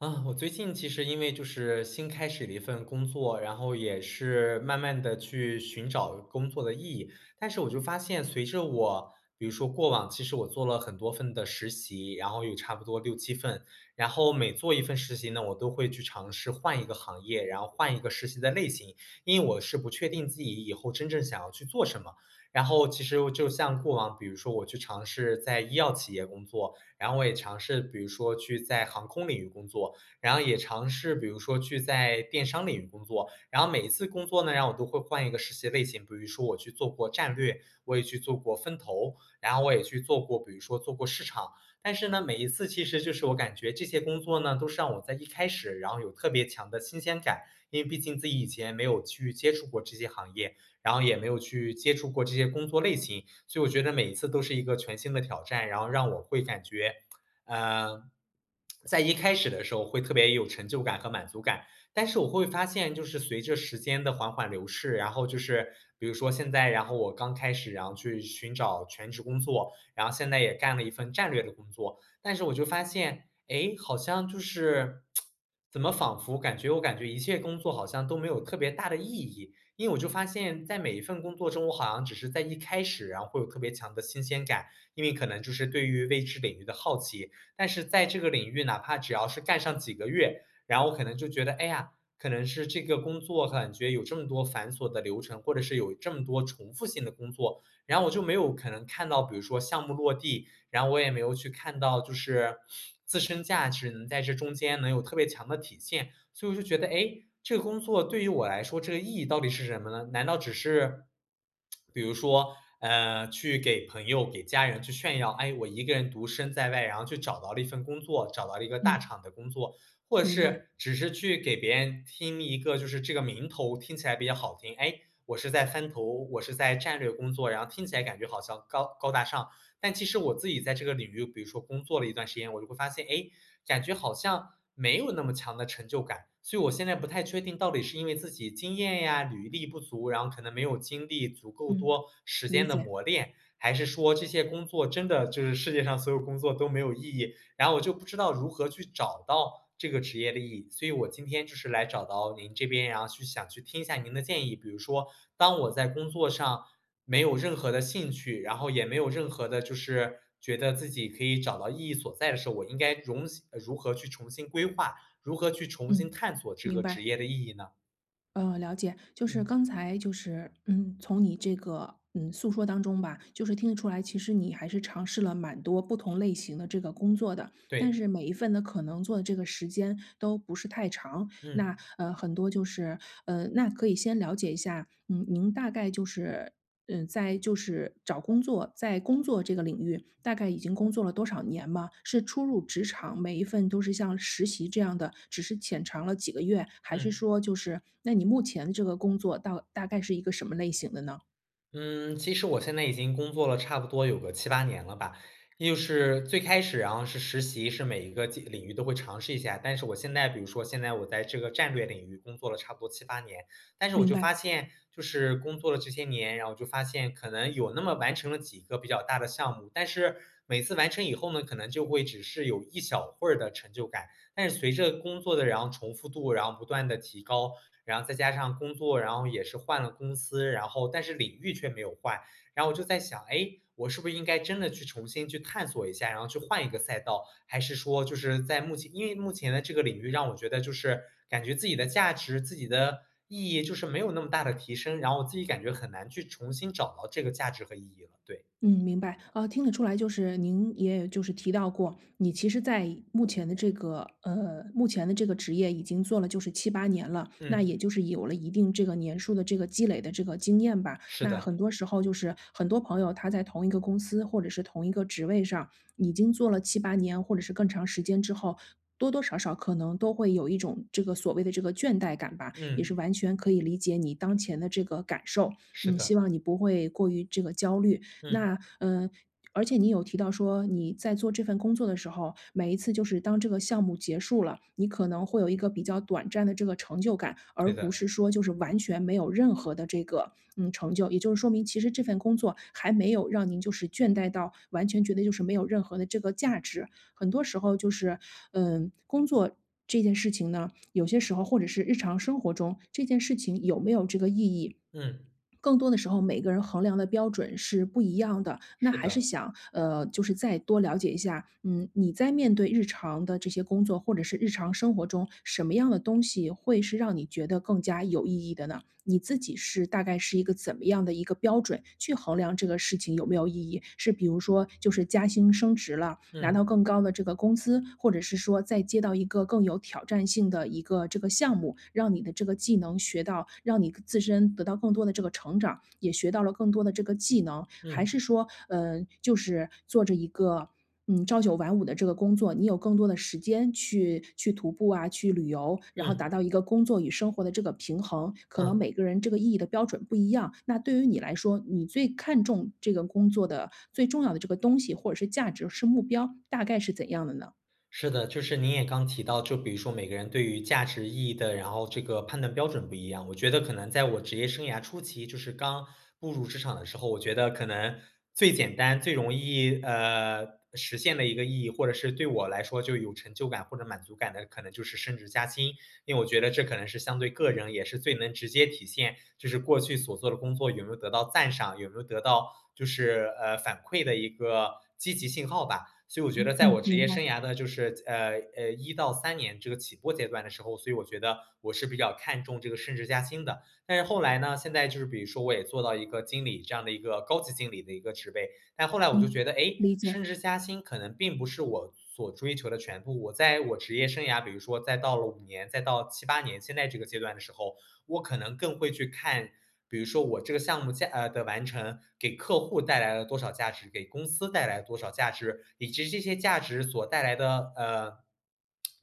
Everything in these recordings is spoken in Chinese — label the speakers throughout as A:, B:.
A: 啊，我最近其实因为就是新开始了一份工作，然后也是慢慢的去寻找工作的意义。但是我就发现随着我比如说过往其实我做了很多份的实习，然后有差不多六七份，然后每做一份实习呢，我都会去尝试换一个行业，然后换一个实习的类型，因为我是不确定自己以后真正想要去做什么。然后其实我就像过往，比如说我去尝试在医药企业工作，然后我也尝试比如说去在航空领域工作。然后也尝试比如说去在电商领域工作，然后每一次工作呢，让我都会换一个实习类型，比如说我去做过战略，我也去做过分投，然后我也去做过，比如说做过市场。但是呢，每一次其实就是我感觉这些工作呢，都是让我在一开始，然后有特别强的新鲜感，因为毕竟自己以前没有去接触过这些行业，然后也没有去接触过这些工作类型，所以我觉得每一次都是一个全新的挑战，然后让我会感觉呃，在一开始的时候会特别有成就感和满足感，但是我会发现，就是随着时间的缓缓流逝，然后就是比如说现在，然后我刚开始，然后去寻找全职工作，然后现在也干了一份战略的工作，但是我就发现，哎，好像就是怎么仿佛感觉我感觉一切工作好像都没有特别大的意义，因为我就发现，在每一份工作中，我好像只是在一开始，然后会有特别强的新鲜感，因为可能就是对于未知领域的好奇，但是在这个领域，哪怕只要是干上几个月，然后我可能就觉得，哎呀，可能是这个工作感觉有这么多繁琐的流程，或者是有这么多重复性的工作，然后我就没有可能看到，比如说项目落地，然后我也没有去看到就是自身价值能在这中间能有特别强的体现。所以我就觉得，哎，这个工作对于我来说，这个意义到底是什么呢？难道只是比如说，去给朋友、给家人去炫耀，哎，我一个人独身在外，然后去找到了一份工作，找到了一个大
B: 嗯，
A: 厂的工作，或者
B: 明白，
A: 是只是去给别人听一个就是这个名头听起来比较好听，哎，我是在翻头，我是在战略工作，然后听起来感觉好像高高大上，但其实我自己在这个领域，比如说工作了一段时间，我就会发现，哎，感觉好像没有那么强的成就感。所以我现在不太确定，到底是因为自己经验呀、履历不足，然后可能没有经历足够
B: 嗯，
A: 多时间
B: 理
A: 的
B: 解，
A: 磨练，还是说这些工作真的就是世界上所有工作都没有意义，然后我就不知道如何去找到这个职业的意义，所以我今天就是来找到您这边，然后去想去听一下您的建议。比如说，当我在工作上没有任何的兴趣，然后也没有任何的，就是觉得自己可以找到意义所在的时候，我应该如何去重新规划，如何去重新
B: 嗯，
A: 探索这
B: 明
A: 个职
B: 白，
A: 业的意义呢？
B: 了解。就是
A: 嗯，
B: 刚才就是，嗯，从你这个诉说当中吧，就是听得出来，其实你还是尝试了蛮多不同类型的这个工作的，但
A: 对，
B: 是每一份的可能做的这个时间都不是太长。
A: 嗯
B: 那很多就是那可以先了解一下，嗯，您大概就是嗯，在就是找工作，在工作这个领域，大概已经工作了多少年吗？是初入职场，每一份都是像实习这样的，只是浅尝了几个月，还是
A: 嗯。
B: 说就是那你目前这个工作到大概是一个什么类型的呢？
A: 嗯，其实我现在已经工作了差不多有个七八年了吧。就是最开始然后是实习，是每一个技领域都会尝试一下。但是我现在比如说现在我在这个战略领域工作了差不多七八年，但是我
B: 明
A: 就发
B: 白。
A: 现，就是工作了这些年，然后就发现可能有那么完成了几个比较大的项目，但是每次完成以后呢，可能就会只是有一小会儿的成就感。但是随着工作的然后重复度，然后不断的提高，然后再加上工作，然后也是换了公司，然后但是领域却没有换。然后我就在想，哎，我是不是应该真的去重新去探索一下，然后去换一个赛道？还是说就是在目前因为目前的这个领域让我觉得就是感觉自己的价值、自己的意义就是没有那么大的提升，然后我自己感觉很难去重新找到这个价值和意义了，对。
B: 嗯，明白。啊，听得出来，就是您也就是提到过，你其实在目前的这个目前的这个职业已经做了就是七八年了，那
A: 嗯，
B: 也就是有了一定这个年数的这个积累的这个经验吧。
A: 是
B: 那
A: 的，
B: 很多时候就是很多朋友他在同一个公司或者是同一个职位上已经做了七八年或者是更长时间之后，多多少少可能都会有一种这个所谓的这个倦怠感吧，也是
A: 嗯，
B: 完全可以理解你当前的这个感受。
A: 是
B: 嗯，
A: 的，
B: 希望你不会过于这个焦虑。
A: 嗯，
B: 那嗯。而且你有提到说，你在做这份工作的时候，每一次就是当这个项目结束了，你可能会有一个比较短暂的这个成就感，
A: 对
B: 而不是
A: 的，
B: 说就是完全没有任何的这个成就。也就是说明，其实这份工作还没有让您就是倦怠到完全觉得就是没有任何的这个价值。很多时候就是嗯，工作这件事情呢，有些时候或者是日常生活中，这件事情有没有这个意义，
A: 嗯，
B: 更多的时候每个人衡量的标准是不一样的。那
A: 是
B: 还是
A: 的，
B: 想，就是再多了解一下，嗯，你在面对日常的这些工作或者是日常生活中，什么样的东西会是让你觉得更加有意义的呢？你自己是大概是一个怎么样的一个标准去衡量这个事情有没有意义？是比如说就是加薪升职了，拿
A: 嗯，
B: 到更高的这个工资，或者是说再接到一个更有挑战性的一个这个项目，让你的这个技能学到，让你自身得到更多的这个成长，也学到了更多的这个技能，还
A: 嗯，
B: 是说，嗯，就是做着一个，嗯，朝九晚五的这个工作，你有更多的时间去徒步啊，去旅游，然后达
A: 嗯，
B: 到一个工作与生活的这个平衡。可能
A: 嗯。
B: 每个人这个意义的标准不一样，那对于你来说，你最看重这个工作的最重要的这个东西，或者是价值，是目标，大概是怎样的呢？
A: 是的，就是您也刚提到，就比如说每个人对于价值意义的，然后这个判断标准不一样。我觉得可能在我职业生涯初期，就是刚步入职场的时候，我觉得可能最简单、最容易实现的一个意义，或者是对我来说就有成就感或者满足感的，可能就是升职加薪。因为我觉得这可能是相对个人也是最能直接体现，就是过去所做的工作有没有得到赞赏，有没有得到就是反馈的一个积极信号吧。所以我觉得，在我
B: 嗯，
A: 职
B: 明
A: 业生
B: 白，
A: 涯的，就是1到3年这个起步阶段的时候，所以我觉得我是比较看重这个升职加薪的。但是后来呢，现在就是比如说我也做到一个经理这样的一个高级经理的一个职位，但后来我就觉
B: 嗯，
A: 得，哎，
B: 理
A: 升
B: 解，
A: 职加薪可能并不是我所追求的全部。我在我职业生涯，比如说再到了5年，再到七八年，现在这个阶段的时候，我可能更会去看，比如说我这个项目的完成，给客户带来了多少价值，给公司带来了多少价值，以及这些价值所带来的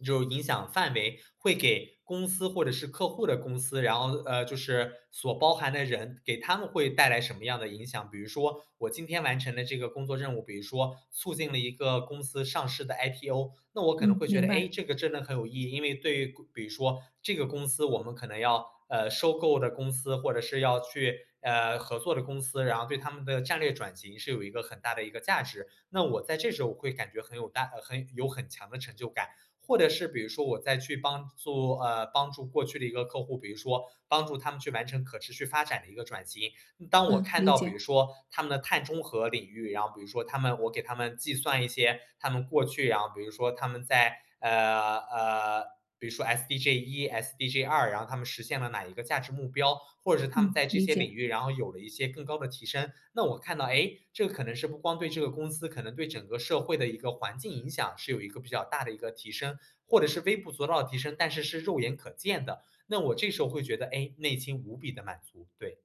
A: 就是影响范围会给公司或者是客户的公司，然后就是所包含的人，给他们会带来什么样的影响？比如说我今天完成的这个工作任务，比如说促进了一个公司上市的 IPO，那我可能
B: 嗯，
A: 会觉
B: 明
A: 得，哎，
B: 白，
A: 这个真的很有意义，因为对于比如说这个公司，我们可能要收购的公司，或者是要去合作的公司，然后对他们的战略转型是有一个很大的一个价值。那我在这时候我会感觉很有很强的成就感。或者是比如说我再去帮助过去的一个客户，比如说帮助他们去完成可持续发展的一个转型，当我
B: 嗯，
A: 看
B: 理
A: 到比
B: 解，
A: 如说他们的碳中和领域，然后比如说他们我给他们计算一些他们过去，然后比如说他们在呃，比如说 SDG 一、SDG 二，然后他们实现了哪一个价值目标，或者是他们在
B: 嗯，
A: 这
B: 理
A: 些领
B: 解。
A: 域，然后有了一些更高的提升。那我看到，哎，这个可能是不光对这个公司，可能对整个社会的一个环境影响是有一个比较大的一个提升，或者是微不足道的提升，但是是肉眼可见的。那我这时候会觉得，哎，内心无比的满足，对，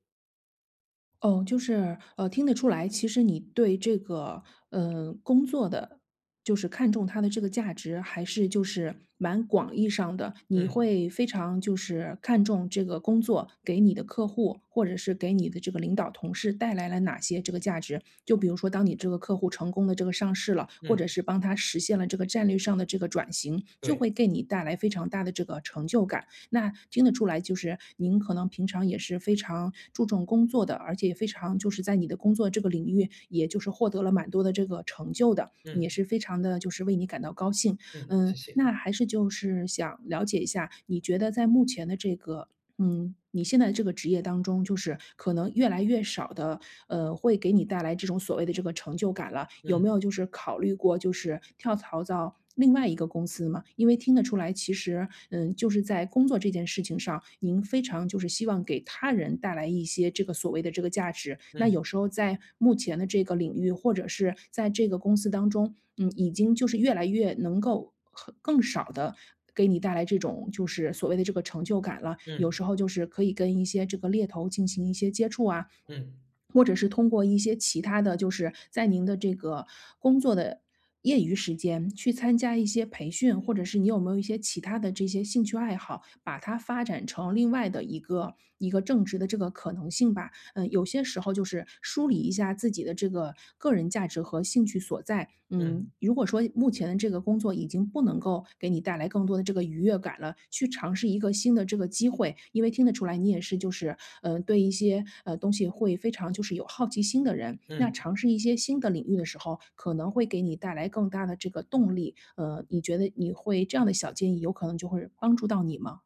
B: 哦，就是，听得出来，其实你对这个，工作的就是看重它的这个价值，还是就是蛮广义上的，你
A: 嗯。
B: 会非常就是看重这个工作给你的客户，或者是给你的这个领导同事带来了哪些这个价值。就比如说，当你这个客户成功的这个上市了，或者
A: 嗯，
B: 是帮他实现了这个战略上的这个转型，就会
A: 对，
B: 给你带来非常大的这个成就感。那听得出来，就是您可能平常也是非常注重工作的，而且也非常就是在你的工作这个领域，也就是获得了蛮多的这个成就的，也
A: 嗯，
B: 是非常的就是为你感到高兴。
A: 嗯，谢
B: 嗯，
A: 谢，
B: 那还是就是想了解一下，你觉得在目前的这个嗯，你现在这个职业当中，就是可能越来越少的，会给你带来这种所谓的这个成就感了。有没
A: 嗯，
B: 有就是考虑过，就是跳槽到另外一个公司嘛？因为听得出来，其实，嗯，就是在工作这件事情上，您非常就是希望给他人带来一些这个所谓的这个价值。那
A: 嗯，
B: 有时候在目前的这个领域，或者是在这个公司当中，嗯，已经就是越来越能够很更少的给你带来这种就是所谓的这个成就感了。有
A: 嗯，
B: 时候就是可以跟一些这个猎头进行一些接触啊，
A: 嗯，
B: 或者是通过一些其他的，就是在您的这个工作的业余时间去参加一些培训，或者是你有没有一些其他的这些兴趣爱好，把它发展成另外的一个正职的这个可能性吧。嗯，有些时候就是梳理一下自己的这个个人价值和兴趣所在。嗯，
A: 嗯，
B: 如果说目前的这个工作已经不能够给你带来更多的这个愉悦感了，去尝试一个新的这个机会，因为听得出来你也是就是，嗯，对一些东西会非常就是有好奇心的人。那
A: 嗯，
B: 尝试一些新的领域的时候，可能会给你带来更大的这个动力。你觉得你会这样的小建议，有可能就会帮助到你吗？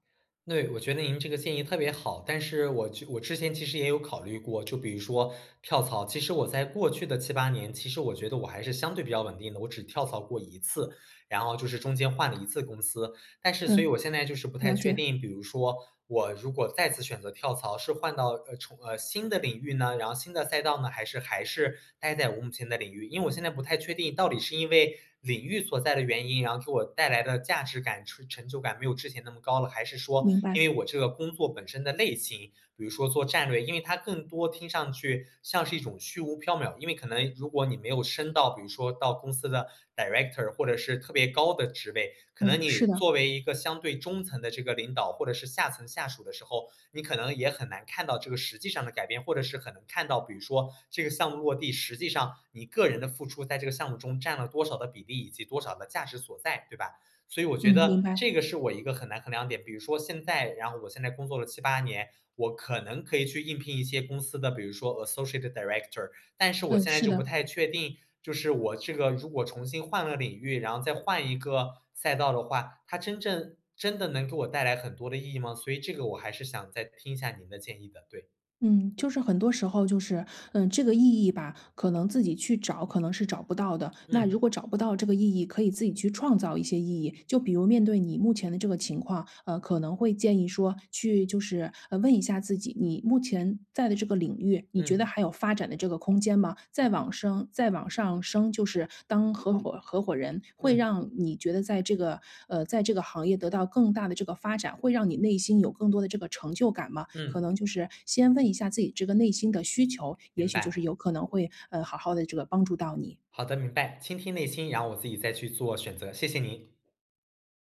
A: 对，我觉得您这个建议特别好，但是我之前其实也有考虑过，就比如说跳槽，其实我在过去的七八年，其实我觉得我还是相对比较稳定的，我只跳槽过一次，然后就是中间换了一次公司。但是所以我
B: 嗯，
A: 现在就是不太
B: 了
A: 确
B: 解，
A: 定，比如说我如果再次选择跳槽，是换到呃重呃新的领域呢，然后新的赛道呢，还是待在我目前的领域？因为我现在不太确定，到底是因为领域所在的原因，然后给我带来的价值感、成就感没有之前那么高了，还是说
B: 明
A: 因
B: 白。
A: 为我这个工作本身的类型，比如说做战略，因为它更多听上去像是一种虚无缥缈，因为可能如果你没有升到，比如说到公司的 director 或者是特别高的职位，可能
B: 嗯，
A: 你
B: 是的，
A: 作为一个相对中层的这个领导或者是下层下属的时候，你可能也很难看到这个实际上的改变，或者是很难看到，比如说这个项目落地，实际上你个人的付出在这个项目中占了多少的比例以及多少的价值所在，对吧？所以我觉
B: 嗯，明
A: 得
B: 白。
A: 这个是我一个很难衡量点。比如说现在，然后我现在工作了七八年，我可能可以去应聘一些公司的，比如说 associate director，但是我
B: 嗯，
A: 现在
B: 是
A: 就不
B: 的，
A: 太确定，就是我这个如果重新换了领域，然后再换一个赛道的话，它真的能给我带来很多的意义吗？所以这个我还是想再听一下您的建议的，对，
B: 嗯，就是很多时候就是，嗯，这个意义吧，可能自己去找，可能是找不到的。那
A: 嗯
B: 如果找不到这个意义，可以自己去创造一些意义。就比如面对你目前的这个情况，可能会建议说，去就是问一下自己，你目前在的这个领域，你觉得还
A: 嗯
B: 有发展的这个。这个空间嘛，再往升再往上升，就是当合伙人，会
A: 嗯
B: 让你觉得在这个在这个行业得到更大的这个发展，会让你内心有更多的这个成就感嘛？可
A: 嗯，
B: 能就是先问一下自己这个内心的需求，也
A: 明
B: 许就
A: 白，
B: 是有可能会，好好的这个帮助到你。
A: 好的，明白，倾听内心，然后我自己再去做选择，谢谢您。